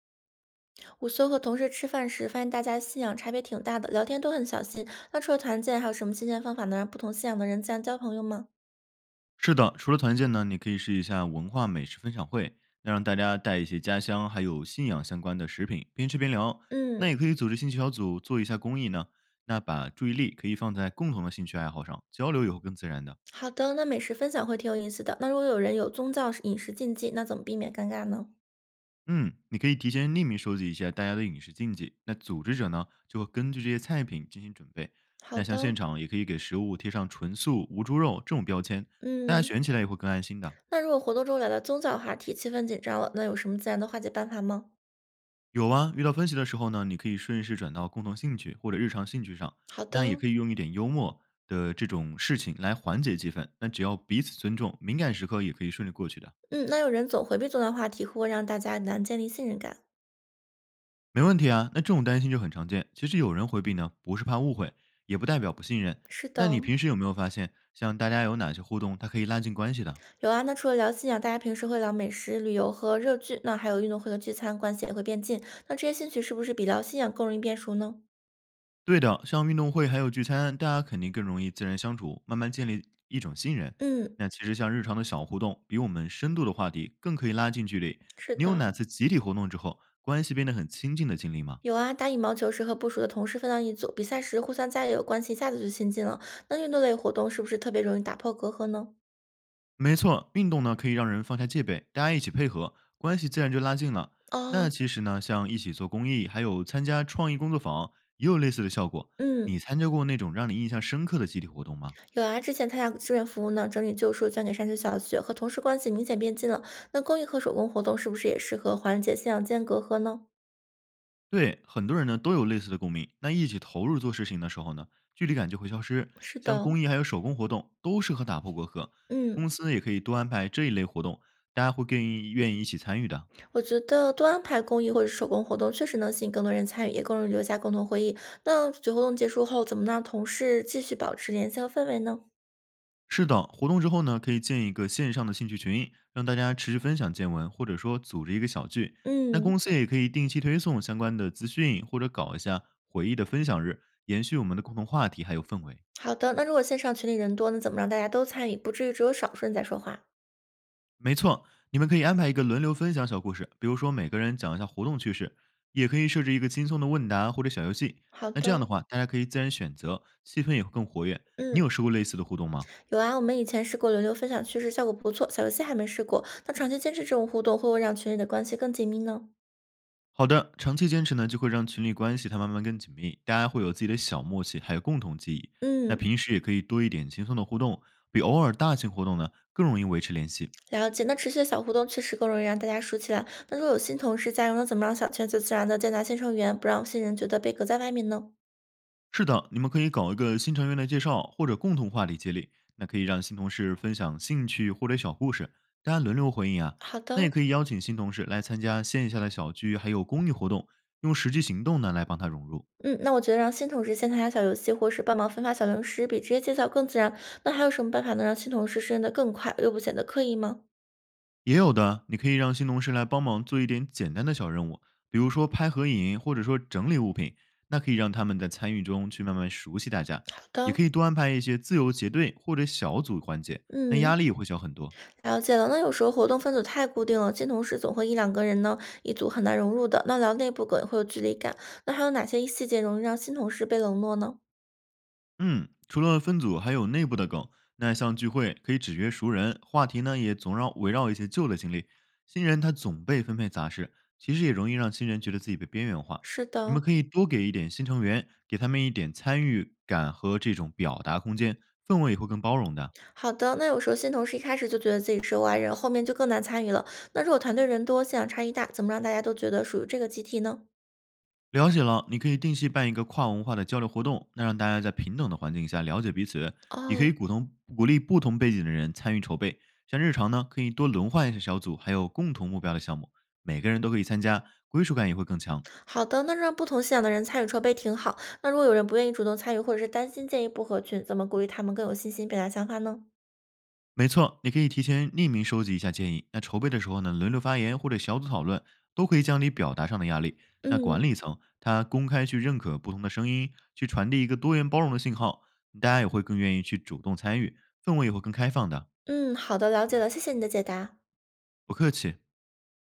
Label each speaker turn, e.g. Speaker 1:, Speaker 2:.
Speaker 1: 午休和同事吃饭时，发现大家信仰差别挺大的，聊天都很小心。那除了团建，还有什么新鲜方法能让不同信仰的人自然交朋友吗？
Speaker 2: 是的，除了团建呢，你可以试一下文化美食分享会，那让大家带一些家乡还有信仰相关的食品，边吃边聊。那
Speaker 1: 嗯，
Speaker 2: 也可以组织兴趣小组做一下公益呢，那把注意力可以放在共同的兴趣爱好上，交流也会更自然的。
Speaker 1: 好的。那美食分享会挺有意思的。那如果有人有宗教饮食禁忌，那怎么避免尴尬呢？
Speaker 2: 嗯，你可以提前匿名收集一下大家的饮食禁忌，那组织者呢就会根据这些菜品进行准备。
Speaker 1: 好
Speaker 2: 那像现
Speaker 1: 的，
Speaker 2: 场也可以给食物贴上纯素、无猪肉这种标签，大家
Speaker 1: 嗯。
Speaker 2: 选起来也会更安心的。
Speaker 1: 那如果活动中聊到宗教话题，气氛紧张了，那有什么自然的化解办法吗？
Speaker 2: 有啊，遇到分歧的时候呢，你可以顺势转到共同兴趣或者日常兴趣上，
Speaker 1: 好
Speaker 2: 那也
Speaker 1: 的，
Speaker 2: 可以用一点幽默的这种事情来缓解气氛。那只要彼此尊重，敏感时刻也可以顺利过去的，
Speaker 1: 嗯。那有人总回避宗教话题，会不会让大家难建立信任感？
Speaker 2: 没问题啊。那这种担心就很常见。其实有人回避呢，不是怕误会，也不代表不信任。
Speaker 1: 是
Speaker 2: 那
Speaker 1: 的，
Speaker 2: 你平时有没有发现，像大家有哪些互动，它可以拉近关系的？
Speaker 1: 有啊，那除了聊信仰，大家平时会聊美食、旅游和热剧，那还有运动会和聚餐，关系也会变近。那这些兴趣是不是比聊信仰更容易变熟呢？
Speaker 2: 对的，像运动会还有聚餐，大家肯定更容易自然相处，慢慢建立一种信任。
Speaker 1: 嗯，
Speaker 2: 那其实像日常的小互动，比我们深度的话题更可以拉近距离。
Speaker 1: 是
Speaker 2: 你有
Speaker 1: 的，
Speaker 2: 哪次集体活动之后关系变得很亲近的经历吗？
Speaker 1: 有啊。打羽毛球时和不熟的同事分到一组，比赛时互相加油，关系一下子就亲近了。那运动类活动是不是特别容易打破隔阂呢？
Speaker 2: 没错，运动呢可以让人放下戒备，大家一起配合，关系自然就拉近了。那
Speaker 1: 哦，
Speaker 2: 其实呢，像一起做公益，还有参加创意工作坊，也有类似的效果。你
Speaker 1: 嗯，
Speaker 2: 参加过那种让你印象深刻的集体活动吗？
Speaker 1: 有啊。之前参加志愿服务呢，整理旧书捐给山区小学，和同事关系明显变近了。那公益和手工活动是不是也适合缓解信仰间隔阂呢？
Speaker 2: 对，很多人呢都有类似的共鸣。那一起投入做事情的时候呢，距离感就会消失。
Speaker 1: 是
Speaker 2: 像
Speaker 1: 的，
Speaker 2: 公益还有手工活动，都适合打破隔阂。
Speaker 1: 嗯。
Speaker 2: 公司也可以多安排这一类活动，大家会更愿意一起参与的。
Speaker 1: 我觉得多安排公益或者是手工活动，确实能吸引更多人参与，也更容易留下共同回忆。那主题活动结束后，怎么让同事继续保持联系和氛围呢？
Speaker 2: 是的，活动之后呢，可以建一个线上的兴趣群，让大家持续分享见闻，或者说组织一个小聚。那
Speaker 1: 嗯，
Speaker 2: 公司也可以定期推送相关的资讯，或者搞一下回忆的分享日，延续我们的共同话题还有氛围。
Speaker 1: 好的。那如果线上群里人多，那怎么让大家都参与，不至于只有少数人在说话？
Speaker 2: 没错，你们可以安排一个轮流分享小故事，比如说每个人讲一下活动趣事，也可以设置一个轻松的问答或者小游戏。
Speaker 1: 好
Speaker 2: 那
Speaker 1: 的，
Speaker 2: 这样的话，大家可以自然选择，气氛也会更活跃。你
Speaker 1: 嗯，
Speaker 2: 有试过类似的互动吗？
Speaker 1: 有啊，我们以前试过轮流分享趣事，效果不错。小游戏还没试过，那长期坚持这种互动，会不会让群里的关系更紧密呢？
Speaker 2: 好的，长期坚持呢，就会让群里关系它慢慢更紧密，大家会有自己的小默契，还有共同记忆。那
Speaker 1: 嗯。
Speaker 2: 平时也可以多一点轻松的互动，比偶尔大型活动呢更容易维持联系。
Speaker 1: 了解，那持续的小互动确实更容易让大家熟起来。那如果有新同事加入，那怎么让小圈子自然的接纳新成员，不让新人觉得被隔在外面呢？
Speaker 2: 是的，你们可以搞一个新成员的介绍或者共同话题接力，那可以让新同事分享兴趣或者小故事，大家轮流回应啊。
Speaker 1: 好
Speaker 2: 那也
Speaker 1: 的，
Speaker 2: 可以邀请新同事来参加线下的小聚，还有公益活动，用实际行动呢来帮他融入。
Speaker 1: 嗯，那我觉得让新同事先参加小游戏，或是帮忙分发小零食，比直接介绍更自然。那还有什么办法能让新同事适应的更快，又不显得刻意吗？
Speaker 2: 也有的，你可以让新同事来帮忙做一点简单的小任务，比如说拍合影，或者说整理物品，那可以让他们在参与中去慢慢熟悉大家。
Speaker 1: 好
Speaker 2: 也
Speaker 1: 的，
Speaker 2: 可以多安排一些自由结对或者小组环节，那压
Speaker 1: 嗯，
Speaker 2: 力会小很多。
Speaker 1: 了解了。那有时候活动分组太固定了，新同事总会一两个人呢，一组很难融入的。那聊内部梗也会有距离感。那还有哪些细节容易让新同事被冷落呢？
Speaker 2: 嗯，除了分组，还有内部的梗。那像聚会可以只约熟人，话题呢也总绕围绕一些旧的经历。新人他总被分配杂事，其实也容易让新人觉得自己被边缘化。
Speaker 1: 是
Speaker 2: 你们
Speaker 1: 的，
Speaker 2: 可以多给一点新成员，给他们一点参与感和这种表达空间，氛围也会更包容的。
Speaker 1: 好的，那有时候新同事一开始就觉得自己是外人，后面就更难参与了。那如果团队人多，信仰差异大，怎么让大家都觉得属于这个集体呢？
Speaker 2: 了解了，你可以定期办一个跨文化的交流活动，那让大家在平等的环境下了解彼此，也可
Speaker 1: 哦，
Speaker 2: 以鼓动鼓励不同背景的人参与筹备。像日常呢，可以多轮换一下小组，还有共同目标的项目，每个人都可以参加，归属感也会更强。
Speaker 1: 好的，那让不同信仰的人参与筹备挺好。那如果有人不愿意主动参与，或者是担心建议不合群，怎么鼓励他们更有信心表达想法呢？
Speaker 2: 没错，你可以提前匿名收集一下建议。那筹备的时候呢，轮流发言或者小组讨论，都可以降低表达上的压力。那
Speaker 1: 嗯
Speaker 2: 管理层他公开去认可不同的声音，去传递一个多元包容的信号，大家也会更愿意去主动参与，氛围也会更开放的。
Speaker 1: 嗯，好的，了解了，谢谢你的解答。
Speaker 2: 不客气。